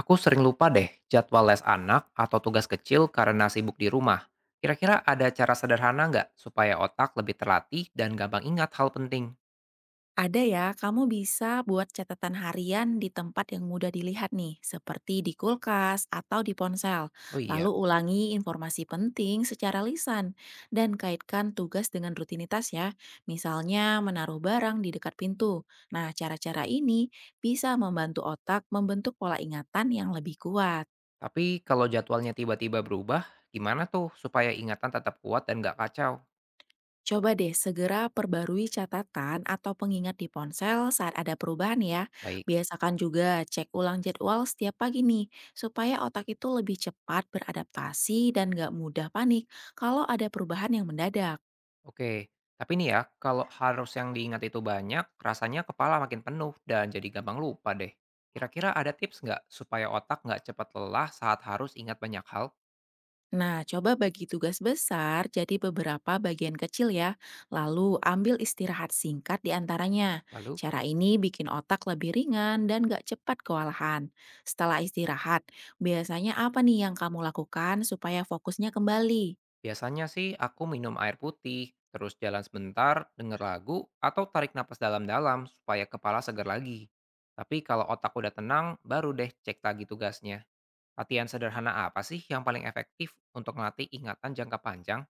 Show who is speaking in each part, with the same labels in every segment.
Speaker 1: Aku sering lupa deh jadwal les anak atau tugas kecil karena sibuk di rumah. Kira-kira ada cara sederhana nggak supaya otak lebih terlatih dan gampang ingat hal penting?
Speaker 2: Ada ya, kamu bisa buat catatan harian di tempat yang mudah dilihat nih, seperti di kulkas atau di ponsel.
Speaker 1: Oh iya,
Speaker 2: Lalu ulangi informasi penting secara lisan dan kaitkan tugas dengan rutinitas ya. Misalnya menaruh barang di dekat pintu. Nah, cara-cara ini bisa membantu otak membentuk pola ingatan yang lebih kuat.
Speaker 1: tapi kalau jadwalnya tiba-tiba berubah, gimana tuh supaya ingatan tetap kuat dan nggak kacau?
Speaker 2: Coba deh segera perbarui catatan atau pengingat di ponsel saat ada perubahan ya.
Speaker 1: Baik,
Speaker 2: Biasakan juga cek ulang jadwal setiap pagi nih, supaya otak itu lebih cepat beradaptasi dan nggak mudah panik kalau ada perubahan yang mendadak.
Speaker 1: oke. Tapi nih ya, kalau harus yang diingat itu banyak, rasanya kepala makin penuh dan jadi gampang lupa deh. Kira-kira ada tips nggak supaya otak nggak cepat lelah saat harus ingat banyak hal?
Speaker 2: Nah, coba bagi tugas besar jadi beberapa bagian kecil ya, lalu ambil istirahat singkat di antaranya.
Speaker 1: Lalu?
Speaker 2: Cara ini bikin otak lebih ringan dan gak cepat kewalahan. Setelah istirahat, biasanya apa nih yang kamu lakukan supaya fokusnya kembali?
Speaker 1: Biasanya sih aku minum air putih, terus jalan sebentar, denger lagu, atau tarik napas dalam-dalam supaya kepala segar lagi. Tapi kalau otak udah tenang, baru deh cek lagi tugasnya. Latihan sederhana apa sih yang paling efektif untuk melatih ingatan jangka panjang?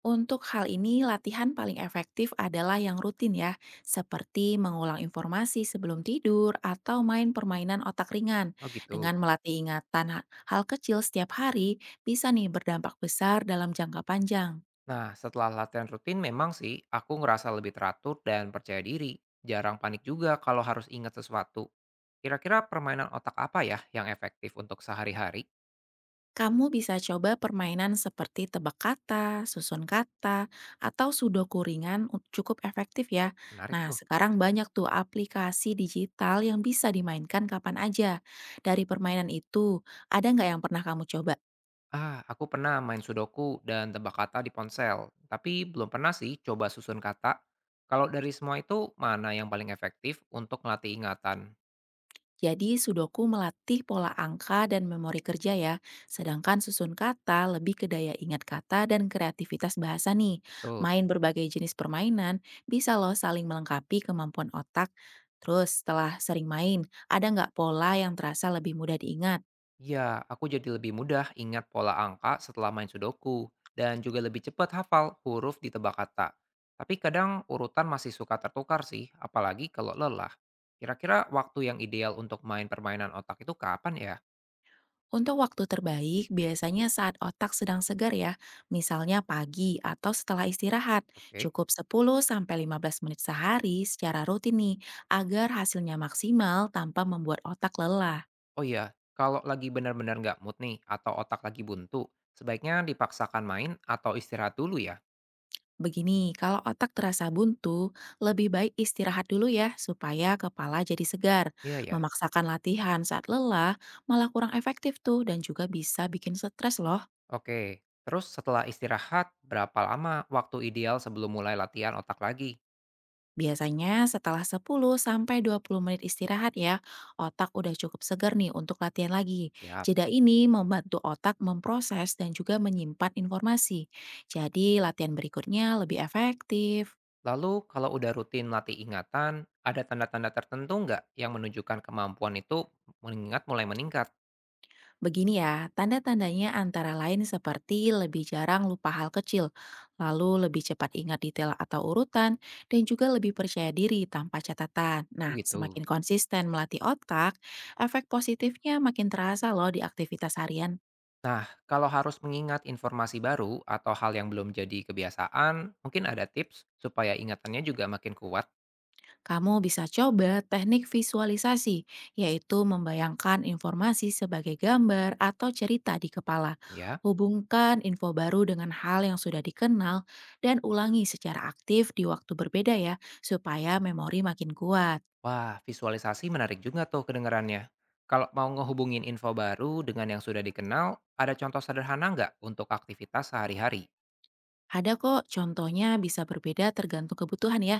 Speaker 2: Untuk hal ini, latihan paling efektif adalah yang rutin ya, seperti mengulang informasi sebelum tidur atau main permainan otak ringan.
Speaker 1: Oh gitu.
Speaker 2: Dengan melatih ingatan hal kecil setiap hari, bisa nih berdampak besar dalam jangka panjang.
Speaker 1: Nah, setelah latihan rutin memang sih aku ngerasa lebih teratur dan percaya diri. Jarang panik juga kalau harus ingat sesuatu. Kira-kira permainan otak apa ya yang efektif untuk sehari-hari?
Speaker 2: Kamu bisa coba permainan seperti tebak kata, susun kata, atau sudoku ringan cukup efektif ya.
Speaker 1: Menarik
Speaker 2: Nah,
Speaker 1: tuh.
Speaker 2: sekarang banyak tuh aplikasi digital yang bisa dimainkan kapan aja. Dari permainan itu, ada nggak yang pernah kamu coba?
Speaker 1: Ah, aku pernah main sudoku dan tebak kata di ponsel, tapi belum pernah sih coba susun kata. Kalau dari semua itu, mana yang paling efektif untuk melatih ingatan?
Speaker 2: Jadi Sudoku melatih pola angka dan memori kerja ya, sedangkan susun kata lebih ke daya ingat kata dan kreativitas bahasa nih.
Speaker 1: Betul.
Speaker 2: Main berbagai jenis permainan bisa loh saling melengkapi kemampuan otak. Terus setelah sering main, ada nggak pola yang terasa lebih mudah diingat?
Speaker 1: Ya, aku jadi lebih mudah ingat pola angka setelah main sudoku, dan juga lebih cepat hafal huruf di tebak kata. Tapi kadang urutan masih suka tertukar sih, apalagi kalau lelah. Kira-kira waktu yang ideal untuk main permainan otak itu kapan ya?
Speaker 2: Untuk waktu terbaik, biasanya saat otak sedang segar ya, misalnya pagi atau setelah istirahat.
Speaker 1: Oke.
Speaker 2: Cukup 10-15 menit sehari secara rutin nih, agar hasilnya maksimal tanpa membuat otak lelah.
Speaker 1: Oh iya, kalau lagi benar-benar nggak mood nih atau otak lagi buntu, sebaiknya dipaksakan main atau istirahat dulu ya?
Speaker 2: Begini, kalau otak terasa buntu, lebih baik istirahat dulu ya, supaya kepala jadi segar.
Speaker 1: Iya ya?
Speaker 2: Memaksakan latihan saat lelah malah kurang efektif tuh dan juga bisa bikin stres loh.
Speaker 1: Oke. Terus setelah istirahat, berapa lama waktu ideal sebelum mulai latihan otak lagi?
Speaker 2: Biasanya setelah 10 sampai 20 menit istirahat ya, otak udah cukup segar nih untuk latihan lagi.
Speaker 1: Siap.
Speaker 2: Jeda ini membantu otak memproses dan juga menyimpan informasi. Jadi latihan berikutnya lebih efektif.
Speaker 1: Lalu kalau udah rutin latih ingatan, ada tanda-tanda tertentu nggak yang menunjukkan kemampuan itu mengingat mulai meningkat?
Speaker 2: Begini ya, tanda-tandanya antara lain seperti lebih jarang lupa hal kecil, lalu lebih cepat ingat detail atau urutan, dan juga lebih percaya diri tanpa catatan.
Speaker 1: Oh
Speaker 2: Nah,
Speaker 1: gitu.
Speaker 2: semakin konsisten melatih otak, efek positifnya makin terasa loh di aktivitas harian.
Speaker 1: Nah, kalau harus mengingat informasi baru atau hal yang belum jadi kebiasaan, mungkin ada tips supaya ingatannya juga makin kuat,
Speaker 2: Kamu bisa coba teknik visualisasi, yaitu membayangkan informasi sebagai gambar atau cerita di kepala.
Speaker 1: ya?
Speaker 2: Hubungkan info baru dengan hal yang sudah dikenal dan ulangi secara aktif di waktu berbeda ya, supaya memori makin kuat.
Speaker 1: Wah, visualisasi menarik juga tuh kedengarannya. Kalau mau ngehubungin info baru dengan yang sudah dikenal, ada contoh sederhana nggak untuk aktivitas sehari-hari?
Speaker 2: Ada kok contohnya bisa berbeda tergantung kebutuhan ya.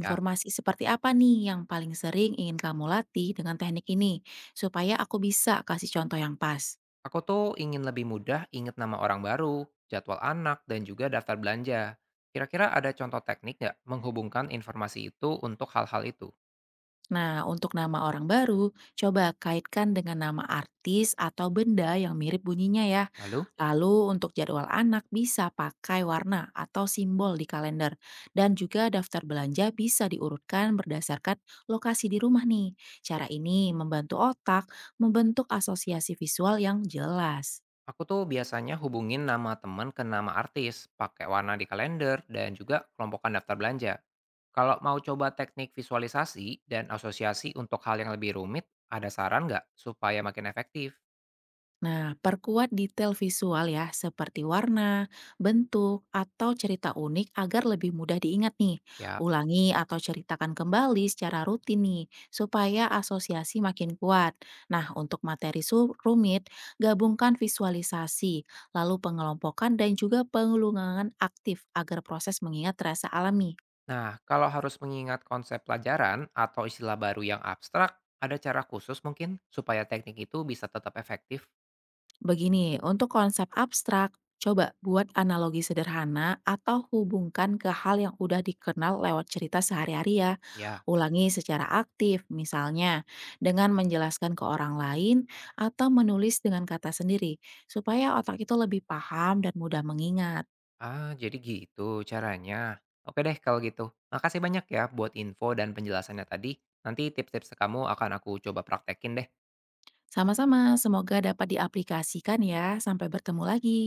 Speaker 1: Ya,
Speaker 2: seperti apa nih yang paling sering ingin kamu latih dengan teknik ini, supaya aku bisa kasih contoh yang pas.
Speaker 1: aku tuh ingin lebih mudah ingat nama orang baru, jadwal anak, dan juga daftar belanja. Kira-kira ada contoh teknik nggak menghubungkan informasi itu untuk hal-hal itu?
Speaker 2: Nah, untuk nama orang baru, coba kaitkan dengan nama artis atau benda yang mirip bunyinya ya.
Speaker 1: Lalu,
Speaker 2: Lalu untuk jadwal anak bisa pakai warna atau simbol di kalender. Dan juga daftar belanja bisa diurutkan berdasarkan lokasi di rumah nih. Cara ini membantu otak membentuk asosiasi visual yang jelas.
Speaker 1: aku tuh biasanya hubungin nama temen ke nama artis, pakai warna di kalender, dan juga kelompokan daftar belanja. Kalau mau coba teknik visualisasi dan asosiasi untuk hal yang lebih rumit, ada saran nggak supaya makin efektif?
Speaker 2: Nah, perkuat detail visual ya, seperti warna, bentuk, atau cerita unik agar lebih mudah diingat nih.
Speaker 1: Siap.
Speaker 2: Ulangi atau ceritakan kembali secara rutin nih, supaya asosiasi makin kuat. Nah, untuk materi rumit, gabungkan visualisasi, lalu pengelompokan dan juga pengelungan aktif agar proses mengingat terasa alami.
Speaker 1: Nah, kalau harus mengingat konsep pelajaran atau istilah baru yang abstrak, ada cara khusus mungkin supaya teknik itu bisa tetap efektif?
Speaker 2: Begini, untuk konsep abstrak, coba buat analogi sederhana atau hubungkan ke hal yang udah dikenal lewat cerita sehari-hari ya.
Speaker 1: Ya.
Speaker 2: Ulangi secara aktif, misalnya dengan menjelaskan ke orang lain atau menulis dengan kata sendiri, supaya otak itu lebih paham dan mudah mengingat.
Speaker 1: Ah, jadi gitu caranya. Oke deh kalau gitu. Makasih banyak ya buat info dan penjelasannya tadi. Nanti tips-tips kamu akan aku coba praktekin deh.
Speaker 2: Sama-sama, semoga dapat diaplikasikan ya. Sampai bertemu lagi.